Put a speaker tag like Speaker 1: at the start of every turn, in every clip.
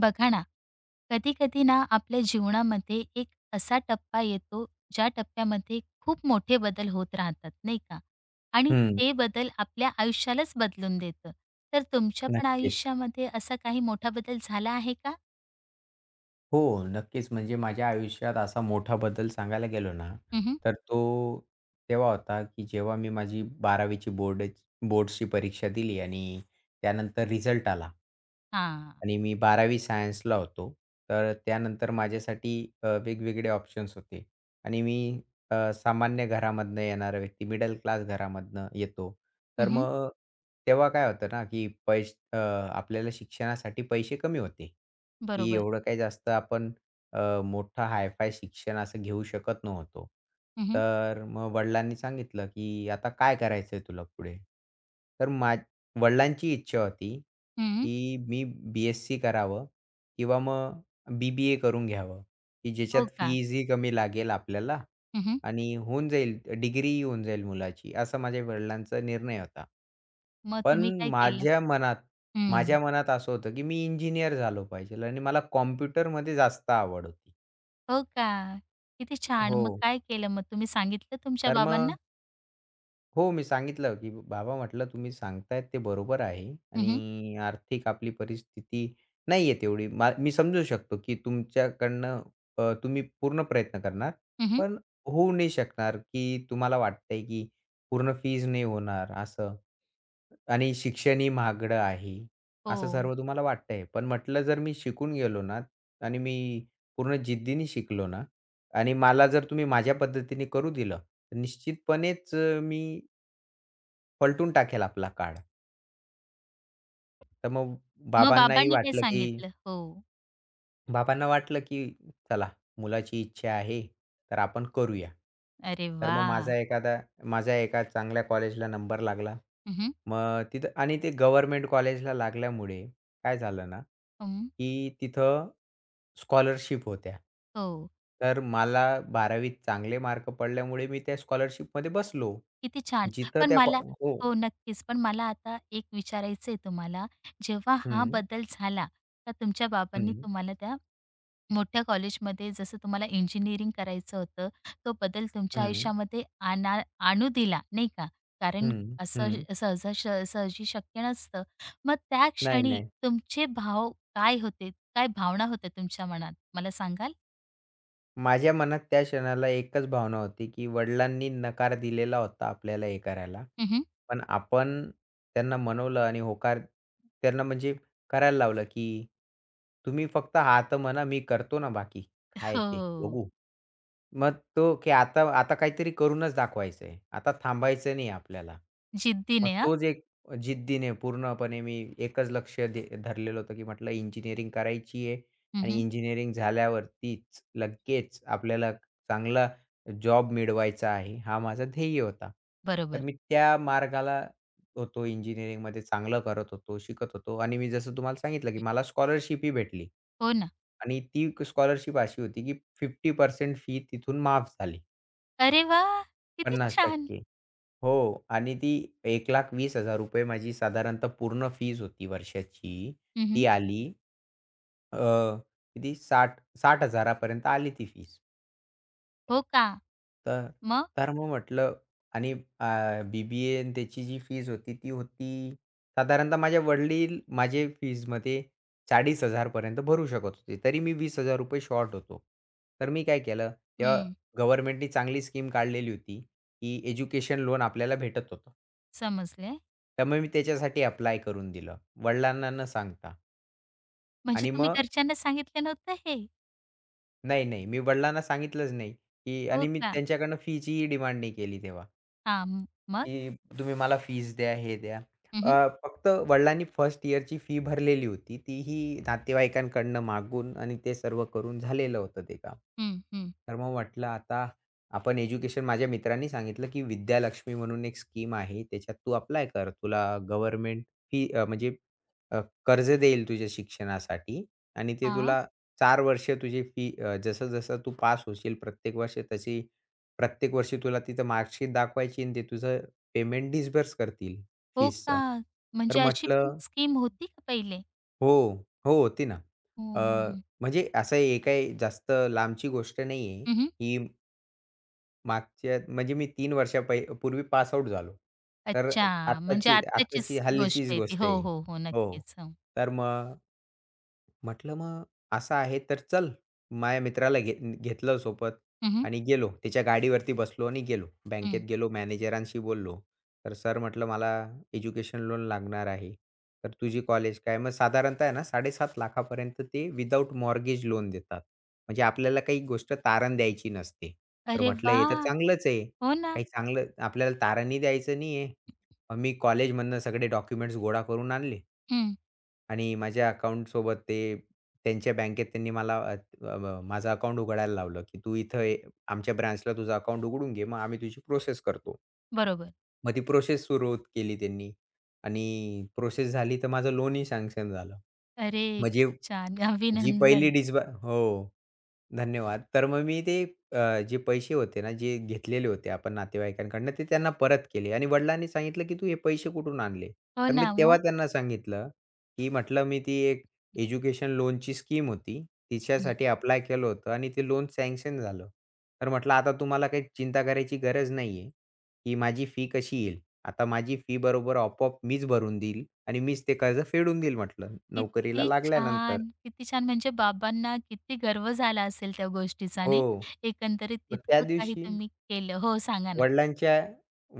Speaker 1: बघा ना, कधी-कधी ना आपल्या जीवनामध्ये एक असा टप्पा येतो, ज्या टप्प्यामध्ये खूप मोठे बदल होत राहतात नाही का? आणि
Speaker 2: हं,
Speaker 1: ते बदल आपल्या आयुष्यालाच बदलून देतं. तर तुमच्या पण
Speaker 2: नक्कीच.
Speaker 1: आयुष्यामध्ये असा काही मोठा बदल झाला आहे का?
Speaker 2: हो, नक्कीच. म्हणजे माझ्या आयुष्यात असा मोठा बदल सांगायला गेलो ना,
Speaker 1: हं, हं.
Speaker 2: तर तो तेव्हा होता, की जेव्हा मी माझी 12वी ची बोर्ड्सची परीक्षा दिली आणि त्यानंतर रिझल्ट आला.
Speaker 1: हां.
Speaker 2: आणि मी 12वी सायन्सला होतो. तर त्यानंतर माझ्यासाठी वेगवेगळे ऑप्शन्स होते आणि मी सामान्य घरामधनं येणारा व्यक्ती, मिडल क्लास घरामधनं येतो. तर मग तेव्हा काय होतं ना, की पैसे आपल्याला शिक्षणासाठी पैसे कमी होते, की
Speaker 1: बरोबर.
Speaker 2: एवढं काही जास्त आपण मोठं हाय शिक्षण असं घेऊ शकत नव्हतो.
Speaker 1: हं, हं.
Speaker 2: तर मग वडिलांनी सांगितलं, की "आता काय करायचंय तुला पुढे?" तर मा वडिलांची इच्छा होती की मी बी-एस-सी करावं किंवा मग बी-बी-ए करून घ्यावं, की
Speaker 1: हो
Speaker 2: ज्याच्यात
Speaker 1: का?
Speaker 2: फीजही कमी लागेल आपल्याला
Speaker 1: हं,
Speaker 2: आणि होऊन जाईल डिग्रीही होऊन जाईल मुलाची, असा माझ्या वडिलांचा निर्णय होता.
Speaker 1: मग तुम्ही
Speaker 2: पण
Speaker 1: काय केलं?
Speaker 2: माझ्या मनात
Speaker 1: हं.
Speaker 2: माझ्या मनात असं होतं, की मी इंजिनिअर झालो पाहिजे आणि मला कॉम्प्युटरमध्ये जास्त आवड होती.
Speaker 1: हो का? किती छान.
Speaker 2: हो.
Speaker 1: मग काय केलं, मग तुम्ही सांगितलं तुमच्या
Speaker 2: तर
Speaker 1: बाबांना?
Speaker 2: मग हो, मी सांगितलं, की "बाबा," म्हटलं, "तुम्ही सांगतायत ते बरोबर आहे
Speaker 1: हं, हं.
Speaker 2: आणि आर्थिक आपली परिस्थिती नाहीये तेवढी. मी समजू शकतो, की तुमच्याकडनं तुम्ही पूर्ण प्रयत्न करणार, पण होऊ नाही शकणार, की तुम्हाला वाटतंय, की पूर्ण फीज नाही होणार असं आणि शिक्षणही महागडं आहे,
Speaker 1: हो.
Speaker 2: असं सर्व तुम्हाला वाटतंय. पण म्हटलं जर मी शिकून गेलो ना आणि मी पूर्ण जिद्दीने शिकलो ना आणि मला जर तुम्ही माझ्या पद्धतीने करू दिलं, तर निश्चितपणेच मी पलटून टाकेल आपला काळ. तर मग
Speaker 1: मग
Speaker 2: बाबांनाही
Speaker 1: बाबांनी काय
Speaker 2: वाटलं, की
Speaker 1: सांगितलं? हो.
Speaker 2: बाबांना वाटलं, की चला मुलाची इच्छा आहे, तर आपण करूया.
Speaker 1: अरे
Speaker 2: तर मग
Speaker 1: वाह!
Speaker 2: माझा एखादा माझ्या एका चांगल्या कॉलेजला नंबर लागला.
Speaker 1: हं, हं.
Speaker 2: मग तिथं आणि ते गव्हर्नमेंट कॉलेजला लागल्यामुळे काय झालं ना, की तिथं स्कॉलरशिप होत्या.
Speaker 1: हो.
Speaker 2: तर मला 12वीत चांगले मार्क पडल्यामुळे मी त्या स्कॉलरशिपमध्ये बसलो.
Speaker 1: किती छान.
Speaker 2: जिथं
Speaker 1: पण
Speaker 2: त्या कॉ
Speaker 1: मला
Speaker 2: हो.
Speaker 1: हो, नक्कीच. पण मला आता एक विचारायचंय तुम्हाला. जेव्हा हा
Speaker 2: हं,
Speaker 1: बदल झाला, तर तुमच्या बाबांनी
Speaker 2: हं,
Speaker 1: तुम्हाला त्या मोठ्या कॉलेजमध्ये जसं तुम्हाला इंजिनिअरिंग करायचं होतं, तो बदल तुमच्या
Speaker 2: हं.
Speaker 1: आयुष्यामध्ये आणू दिला, नाही का? कारण
Speaker 2: हं,
Speaker 1: असं
Speaker 2: हं.
Speaker 1: सहजा सहजी शक्य नसतं. मग त्या
Speaker 2: नाही,
Speaker 1: क्षणी
Speaker 2: नाही.
Speaker 1: तुमचे भाव काय होते? काय भावना होत्या तुमच्या मनात? मला सांगाल?
Speaker 2: माझ्या मनात त्या क्षणाला एकच भावना होती, की वडिलांनी नकार दिलेला होता आपल्याला हे करायला.
Speaker 1: हं, हं.
Speaker 2: पण आपण त्यांना मनवलं आणि होकार त्यांना म्हणजे करायला लावलं, की तुम्ही फक्त हां, म्हणा मी करतो ना बाकी. काय ते
Speaker 1: हो.
Speaker 2: बघू. मग तो, की आता आता काहीतरी करूनच दाखवायचंय. आता थांबायचं नाही आपल्याला. मग
Speaker 1: जिद्दीने हां.
Speaker 2: तोच एक जिद्दीने पूर्णपणे मी एकच लक्ष दे धरलेलं होतं, की म्हटलं इंजिनिअरिंग करायची आहे आणि
Speaker 1: हं,
Speaker 2: इंजिनिअरिंग झाल्यावरतीच लगेच आपल्याला चांगला जॉब मिळवायचा आहे. हा माझा ध्येय होता. तर
Speaker 1: बरोबर.
Speaker 2: मी त्या मार्गाला होतो, इंजिनिअरिंगमध्ये चांगलं करत होतो, शिकत होतो आणि मी जसं तुम्हाला सांगितलं, की मला स्कॉलरशिप ही भेटली.
Speaker 1: हो ना.
Speaker 2: आणि ती स्कॉलरशिप अशी होती, की 50% फी तिथून माफ झाली.
Speaker 1: अरे वाह! किती छान.
Speaker 2: 50% हो. आणि ती ₹1,20,000 माझी साधारणतः पूर्ण फीज होती वर्षाची.
Speaker 1: हं,
Speaker 2: ती आली अ, किती 60 60,000 पर्यंत आली ती फीज.
Speaker 1: हो का?
Speaker 2: तर
Speaker 1: मग?
Speaker 2: तर मग म्हटलं आणि बी-बी-ए त्याची जी फीज होती, ती होती साधारणतः माझे वडील माझे फीजमध्ये 40,000 पर्यंत भरू शकत होते. तरी मी ₹20,000 शॉर्ट होतो. तर मी काय केलं, तेव्हा
Speaker 1: हं.
Speaker 2: गव्हर्नमेंटनी चांगली स्कीम काढलेली होती, की एज्युकेशन लोन आपल्याला भेटत होतं.
Speaker 1: समजले.
Speaker 2: त्यामुळे मी त्याच्यासाठी अप्लाय करून दिलं, वडिलांना न सांगता.
Speaker 1: म्हणजे
Speaker 2: आणि
Speaker 1: तुम्ही
Speaker 2: मग
Speaker 1: घरच्यांना सांगितलं नव्हतं हे?
Speaker 2: नाही, नाही, मी वडिलांना सांगितलंच नाही, की
Speaker 1: हो
Speaker 2: आणि मी
Speaker 1: का?
Speaker 2: त्यांच्याकडनं फीचीही डिमांड नाही केली तेव्हा.
Speaker 1: हां. मग?
Speaker 2: की तुम्ही मला फीज द्या, हे द्या.
Speaker 1: हं, हं.
Speaker 2: फक्त वडिलांनी फर्स्ट इयरची फी भरलेली होती. तीही नातेवाईकांकडनं मागून आणि ते सर्व करून झालेलं होतं ते काम.
Speaker 1: हं, हं.
Speaker 2: तर मग म्हटलं आता आपण एज्युकेशन माझ्या मित्रांनी सांगितलं, की विद्यालक्ष्मी म्हणून एक स्कीम आहे. त्याच्यात तू अप्लाय कर. तुला गव्हर्नमेंट फी म्हणजे अ, कर्ज देईल तुझ्या शिक्षणासाठी आणि ते तुला 4 वर्ष तुझी फी जसं-जसं तू पास होशील प्रत्येक वर्ष तशी प्रत्येक वर्षी तुला तिथं मार्कशीट दाखवायची आणि ते तुझं पेमेंट डिस्बर्स करतील
Speaker 1: हो का?
Speaker 2: फीसचं. तर
Speaker 1: म्हणजे अशी पण
Speaker 2: म्हटलं
Speaker 1: स्कीम होती का पहिले?
Speaker 2: हो, हो, होती ना.
Speaker 1: हं,
Speaker 2: अ,
Speaker 1: हं, हं.
Speaker 2: म्हणजे असं हे काही जास्त लांबची गोष्ट नाही आहे.
Speaker 1: हं, हं.
Speaker 2: ही मागच्या म्हणजे मी तीन वर्षा पहि पूर्वी पास आउट झालो. तर
Speaker 1: अच्छा. म्हणजे
Speaker 2: आत्ताची
Speaker 1: आत्ताचीच
Speaker 2: आत्ताची
Speaker 1: गोष्ट
Speaker 2: हल्लीचीच
Speaker 1: आहे ती.
Speaker 2: गोष्ट
Speaker 1: हो,
Speaker 2: आहे.
Speaker 1: हो, हो.
Speaker 2: हो.
Speaker 1: नक्कीच.
Speaker 2: तर मग म्हटलं, "मग असं आहे तर चल." माझ्या मित्राला घेतलं सोबत
Speaker 1: हं, हं.
Speaker 2: आणि गेलो. त्याच्या गाडीवरती बसलो आणि गेलो.
Speaker 1: हं.
Speaker 2: बँकेत गेलो, मॅनेजरांशी बोललो. तर "सर," म्हटलं, "मला एज्युकेशन लोन लागणार आहे. तर तुझी कॉलेज काय?" मग साधारणतः आहे ना 7,50,000 पर्यंत ते विदाऊट मॉर्गेज लोन देतात. म्हणजे आपल्याला काही गोष्ट तारण द्यायची नसते. तर
Speaker 1: अरे
Speaker 2: म्हटलं, "हे तर
Speaker 1: वाह!
Speaker 2: चांगलंच आहे.
Speaker 1: हो ना.
Speaker 2: काही चांगलं आपल्याला तारणही द्यायचं नाही आहे." मी कॉलेजमधनं सगळे डॉक्युमेंट्स गोळा करून आणले.
Speaker 1: हं.
Speaker 2: आणि माझ्या अकाउंटसोबत ते त्यांच्या बँकेत त्यांनी मला अ, अ, ब- माझं अकाउंट उघडायला लावलं, की "तू इथं ये आमच्या ब्रांचला तुझं अकाउंट उघडून घे, मग आम्ही तुझी प्रोसेस करतो."
Speaker 1: बरोबर.
Speaker 2: मग ती प्रोसेस सुरू केली त्यांनी आणि प्रोसेस झाली तर माझं लोनही सँक्शन झालं.
Speaker 1: अरे!
Speaker 2: म्हणजे
Speaker 1: किती छान.
Speaker 2: जी पहिली
Speaker 1: अभिनंदन.
Speaker 2: डिस्ब हो. धन्यवाद. तर मग मी ते जे पैसे होते ना, जे घेतलेले होते आपण नातेवाईकांकडनं, ते त्यांना परत केले आणि वडिलांनी सांगितलं, "की तू हे पैसे कुठून आणले?"
Speaker 1: हो
Speaker 2: तर मी
Speaker 1: ना,
Speaker 2: तेव्हा
Speaker 1: मग?
Speaker 2: त्यांना सांगितलं, की म्हटलं, "मी ती एक एज्युकेशन लोनची स्कीम होती.
Speaker 1: हं.
Speaker 2: तिच्यासाठी अप्लाय केलं होतं आणि ते लोन सँक्शन झालं. तर म्हटलं, आता तुम्हाला काही चिंता करायची गरज नाही आहे, की माझी फी कशी येईल. आता माझी फी बरोबर आपोआप मीच भरून देईल आणि मीच ते कर्ज फेडून देईल," म्हटलं, "नोकरीला
Speaker 1: किती
Speaker 2: लागल्यानंतर."
Speaker 1: छान, किती छान. म्हणजे बाबांना किती गर्व झाला असेल त्या गोष्टीचा
Speaker 2: हो.
Speaker 1: नाही? एकंदरीत
Speaker 2: मग त्या
Speaker 1: इतकं काही
Speaker 2: दिवशी
Speaker 1: तुम्ही केलं. हो, सांगा ना.
Speaker 2: वडिलांच्या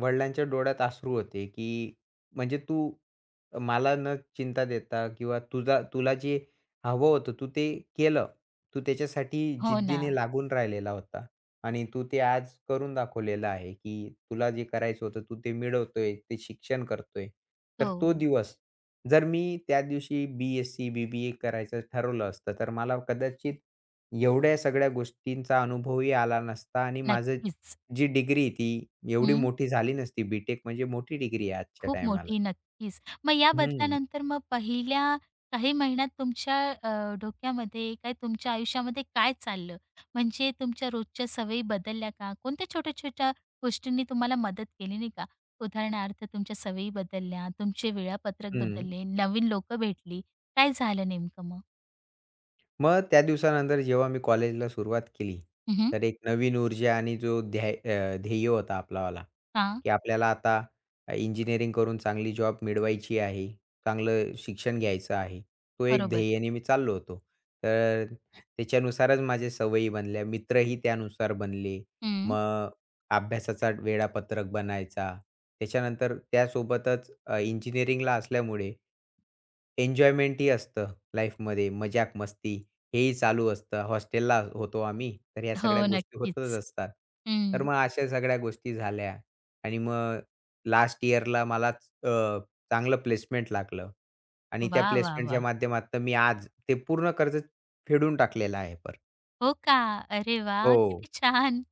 Speaker 2: वडिलांच्या डोळ्यात अश्रू होते, की म्हणजे तू मला न चिंता देता किंवा तुझा तुला जे हवं होतं तू ते केलं. तू त्याच्यासाठी
Speaker 1: हो ना.
Speaker 2: जिद्दीने लागून राहिलेला होता आणि तू ते आज करून दाखवलेलं आहे, की तुला जे करायचं होतं तू ते मिळवतोय, ते शिक्षण करतोय. तर तो
Speaker 1: हो,
Speaker 2: दिवस जर मी त्या दिवशी बी-एससी, बी-बी-ए करायचं ठरवलं असतं, तर मला कदाचित एवढ्या सगळ्या गोष्टींचा अनुभवही आला नसता आणि माझं
Speaker 1: नक्कीच.
Speaker 2: जी डिग्री ती एवढी
Speaker 1: हं.
Speaker 2: मोठी झाली नसती. बी-टेक म्हणजे मोठी डिग्री आहे आजच्या
Speaker 1: खूप
Speaker 2: टायमाला.
Speaker 1: मोठी. नक्कीच. मग या
Speaker 2: हं,
Speaker 1: बदलानंतर मग पहिल्या काही महिन्यात तुमच्या डोक्यामध्ये काय, तुमच्या आयुष्यामध्ये काय चाललं? म्हणजे तुमच्या रोजच्या सवयी बदलल्या का? कोणत्या छोट्या-छोट्या गोष्टींनी तुम्हाला मदत केली नाही का? उदाहरणार्थ तुमच्या सवयी बदलल्या, तुमचे वेळापत्रक
Speaker 2: हं.
Speaker 1: बदलले, नवीन लोकं भेटली. काय झालं नेमकं मग?
Speaker 2: मग त्या दिवसानंतर जेव्हा मी कॉलेजला सुरुवात केली,
Speaker 1: हं, हं.
Speaker 2: तर एक नवीन ऊर्जा आणि जो ध्येय होता आपलावाला, की आपल्याला आता इंजिनिअरिंग करून चांगली जॉब मिळवायची आहे, चांगलं शिक्षण घ्यायचं आहे. तो एक
Speaker 1: बरोबर.
Speaker 2: ध्येयाने मी चाललो होतो. तर त्याच्यानुसारच माझ्या सवयी बनल्या, मित्रही त्यानुसार बनले.
Speaker 1: हं.
Speaker 2: मग अभ्यासाचा वेळापत्रक बनायचा. त्याच्यानंतर त्यासोबतच इंजिनिअरिंगला असल्यामुळे एन्जॉयमेंटही असतं लाईफमध्ये मजाक-मस्ती. हेही चालू असतं. हॉस्टेलला होतो आम्ही, तर ह्या सगळ्या
Speaker 1: हो,
Speaker 2: गोष्टी होतच
Speaker 1: नक्कीच.
Speaker 2: असतात. तर
Speaker 1: हं.
Speaker 2: मग अशा सगळ्या गोष्टी झाल्या आणि मग लास्ट इयरला मला अ, चांगलं प्लेसमेंट लागलं आणि त्या
Speaker 1: वाह, वाह,
Speaker 2: प्लेसमेंटच्या
Speaker 1: वाह!
Speaker 2: माध्यमातून मी आज ते पूर्ण कर्ज फेडून टाकलेलं आहे पर
Speaker 1: हो का? अरे वाह!
Speaker 2: हो.
Speaker 1: किती छान.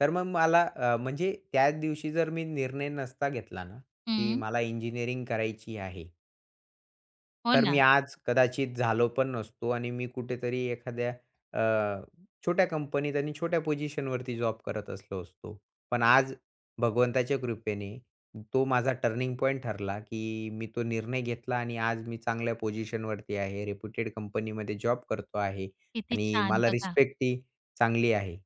Speaker 2: तर मग मला म्हणजे त्याच दिवशी जर मी निर्णय नसता घेतला ना, की
Speaker 1: हं.
Speaker 2: मला इंजिनिअरिंग करायची आहे.
Speaker 1: हो
Speaker 2: तर मी
Speaker 1: ना.
Speaker 2: आज कदाचित झालो पण नसतो आणि मी कुठेतरी एखाद्या अ, छोट्या कंपनीत आणि छोट्या पोझिशनवरती जॉब करत असलो असतो. पण आज भगवंताच्या कृपेने तो माझा टर्निंग पॉइंट ठरला, की मी तो निर्णय घेतला आणि आज मी चांगल्या पोझिशनवरती आहे. रेप्युटेड कंपनीमध्ये जॉब करतो आहे
Speaker 1: किती
Speaker 2: आणि
Speaker 1: छान.
Speaker 2: मला
Speaker 1: बघा,
Speaker 2: रिस्पेक्ट ही चांगली आहे.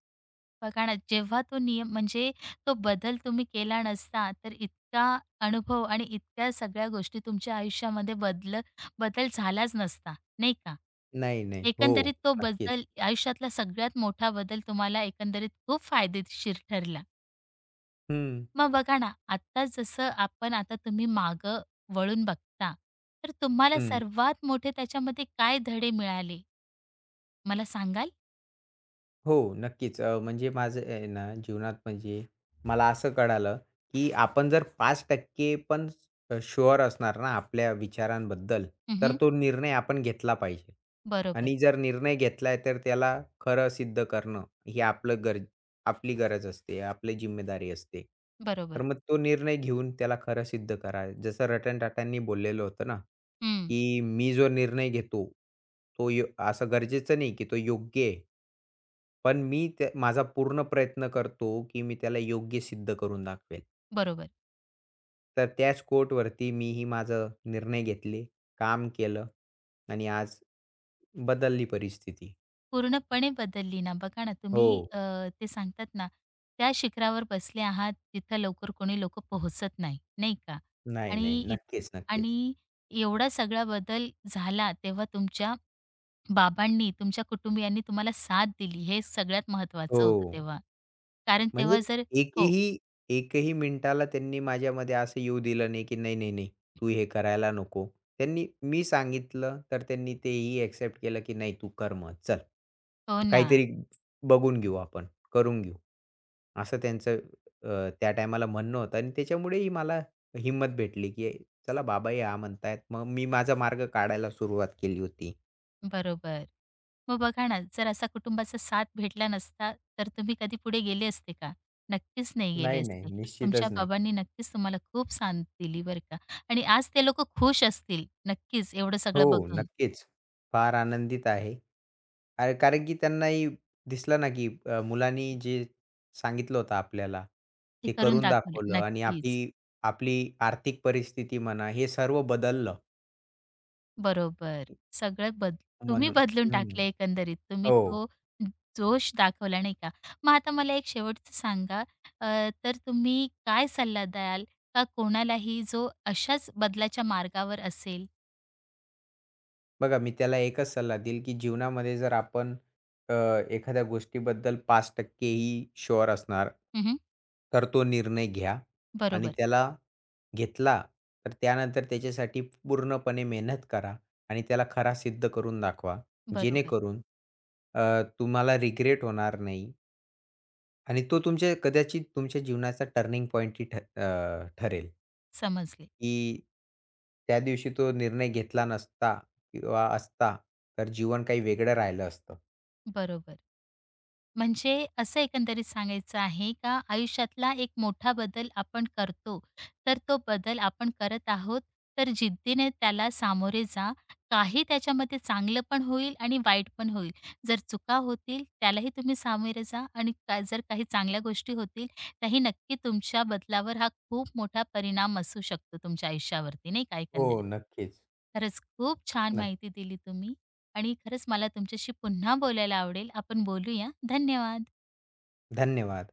Speaker 1: बघा ना, जेव्हा तो नियम म्हणजे तो बदल तुम्ही केला नसता, तर इतका अनुभव आणि इतक्या सगळ्या गोष्टी तुमच्या आयुष्यामध्ये बदल बदल झालाच नसता, नाही का?
Speaker 2: नाही, नाही. हो,
Speaker 1: एकंदरीत तो
Speaker 2: नक्कीच.
Speaker 1: बदल, आयुष्यातला सगळ्यात मोठा बदल तुम्हाला एकंदरीत खूप फायदेशीर ठरला.
Speaker 2: हं,
Speaker 1: मग बघा ना, आत्ता जसं आपण आता तुम्ही मागं वळून बघता, तर तुम्हाला
Speaker 2: हं.
Speaker 1: सर्वात मोठे त्याच्यामध्ये काय धडे मिळाले, मला सांगाल?
Speaker 2: हो, नक्कीच. म्हणजे माझं आहे ना जीवनात म्हणजे मला असं कळालं, की आपण जर 5% पण शुअर असणार ना आपल्या विचारांबद्दल, तर
Speaker 1: हं,
Speaker 2: तो निर्णय आपण घेतला पाहिजे.
Speaker 1: बरोबर,
Speaker 2: आणि जर निर्णय घेतलाय तर त्याला खरं सिद्ध करणं ही आपलं गरज आपली गरज असते, आपली जिम्मेदारी असते.
Speaker 1: बरोबर.
Speaker 2: तर मग तो निर्णय घेऊन त्याला खरं सिद्ध करा. जसं रतन टाटांनी बोललेलं होतं ना,
Speaker 1: हं.
Speaker 2: की "मी जो निर्णय घेतो, तो यो असं गरजेचं नाही की तो योग्य आहे." पण मी ते माझा पूर्ण प्रयत्न करतो, की मी त्याला योग्य सिद्ध करून दाखवेल.
Speaker 1: बरोबर.
Speaker 2: तर त्याच कोटवरती मीही माझं निर्णय घेतले, काम केलं आणि आज बदलली परिस्थिती.
Speaker 1: पूर्णपणे बदलली ना. बघा ना
Speaker 2: हो.
Speaker 1: तुम्ही, ते सांगतात ना, त्या शिखरावर बसले आहात, तिथं लवकर कोणी लोकं पोहोचत नाही, नाही का?
Speaker 2: नाही,
Speaker 1: आणि
Speaker 2: नाही.
Speaker 1: इत
Speaker 2: नक्कीच, नक्कीच.
Speaker 1: आणि एवढा सगळा बदल झाला तेव्हा तुमच्या बाबांनी, तुमच्या कुटुंबियांनी तुम्हाला साथ दिली, हे सगळ्यात महत्त्वाचं होतं
Speaker 2: हो.
Speaker 1: तेव्हा. कारण
Speaker 2: म्हणजे
Speaker 1: तेव्हा जर हो,
Speaker 2: एकही एकही मिनिटाला त्यांनी माझ्यामध्ये असं येऊ दिलं नाही, की "नाही, नाही, नाही, तू हे करायला नको." त्यांनी मी सांगितलं, तर त्यांनी तेही एक्सेप्ट केलं, की "नाही, तू कर मग. चल."
Speaker 1: हो ना.
Speaker 2: काहीतरी बघून घेऊ आपण, करून घेऊ. असं त्यांचं त्या टायमाला म्हणणं होतं आणि त्याच्यामुळेही मला हिंमत भेटली, की चला बाबा हे हा म्हणतायत. मग मी माझा मार्ग काढायला सुरुवात केली होती.
Speaker 1: बरोबर. मग बघा ना, जर असा कुटुंबाचा साथ भेटला नसता, तर तुम्ही कधी पुढे गेले असते का? नक्कीच नाही गेले
Speaker 2: नाही, नाही.
Speaker 1: असते. तुमच्या
Speaker 2: निश्चितच नाही.
Speaker 1: बाबांनी नक्कीच तुम्हाला खूप साथ दिली बरं का, आणि आज ते लोकं खुश असतील. नक्कीच एवढं सगळं
Speaker 2: हो,
Speaker 1: बघून.
Speaker 2: नक्कीच. फार आनंदित आहे. कारण की त्यांनाही दिसलं ना, की मुलांनी जे सांगितलं होतं आपल्याला,
Speaker 1: ते
Speaker 2: ते
Speaker 1: करून
Speaker 2: करून
Speaker 1: दाखवले.
Speaker 2: दाखवलं आणि
Speaker 1: नक्कीच.
Speaker 2: आपली आपली आर्थिक परिस्थिती म्हणा, हे सर्व बदललं
Speaker 1: बरोबर. सगळं बद तुम्ही
Speaker 2: म्हणून.
Speaker 1: बदलून
Speaker 2: हं.
Speaker 1: टाकलं एकंदरीत. तुम्ही
Speaker 2: हो.
Speaker 1: तो जोश दाखवला नाही का? मग आता मला एक शेवटचं सांगा, अ, तर तुम्ही काय सल्ला द्याल का कोणालाही जो अशाच बदलाच्या मार्गावर असेल?
Speaker 2: बघा, मी त्याला एकच सल्ला देईल, की जीवनामध्ये जर आपण अ, एखाद्या गोष्टीबद्दल 5% ही शुअर असणार,
Speaker 1: हं,
Speaker 2: तर तो निर्णय घ्या आणि
Speaker 1: बरोबर,
Speaker 2: त्याला घेतला, तर त्यानंतर त्याच्यासाठी पूर्णपणे मेहनत करा आणि त्याला खरा सिद्ध करून दाखवा.
Speaker 1: बरोबर.
Speaker 2: जेणेकरून तुम्हाला रिग्रेट होणार नाही आणि तो तुमच्या कदाचित तुमच्या जीवनाचा टर्निंग पॉइंटही ठरेल.
Speaker 1: समजले.
Speaker 2: की त्या दिवशी तो निर्णय घेतला नसता किंवा असता, तर जीवन काही वेगळं राहिलं असतं.
Speaker 1: बरोबर. म्हणजे असं एकंदरीत सांगायचं आहे का, आयुष्यातला एक मोठा बदल आपण करतो, तर तो बदल आपण करत आहोत, तर जिद्दीने त्याला सामोरे जा. काही त्याच्यामध्ये चांगलं पण होईल आणि वाईट पण होईल. जर चुका होतील त्यालाही तुम्ही सामोरे जा आणि का जर काही चांगल्या गोष्टी होतील, त्याही नक्की तुमच्या बदलावर हा खूप मोठा परिणाम असू शकतो तुमच्या आयुष्यावरती, नाही का
Speaker 2: हो,
Speaker 1: एकंदरीत.
Speaker 2: नक्कीच.
Speaker 1: खरंच खूप छान
Speaker 2: नक्की.
Speaker 1: माहिती दिली तुम्ही. आणि खरंच मला तुमच्याशी पुन्हा बोलायला आवडेल. आपण बोलूया. धन्यवाद.
Speaker 2: धन्यवाद.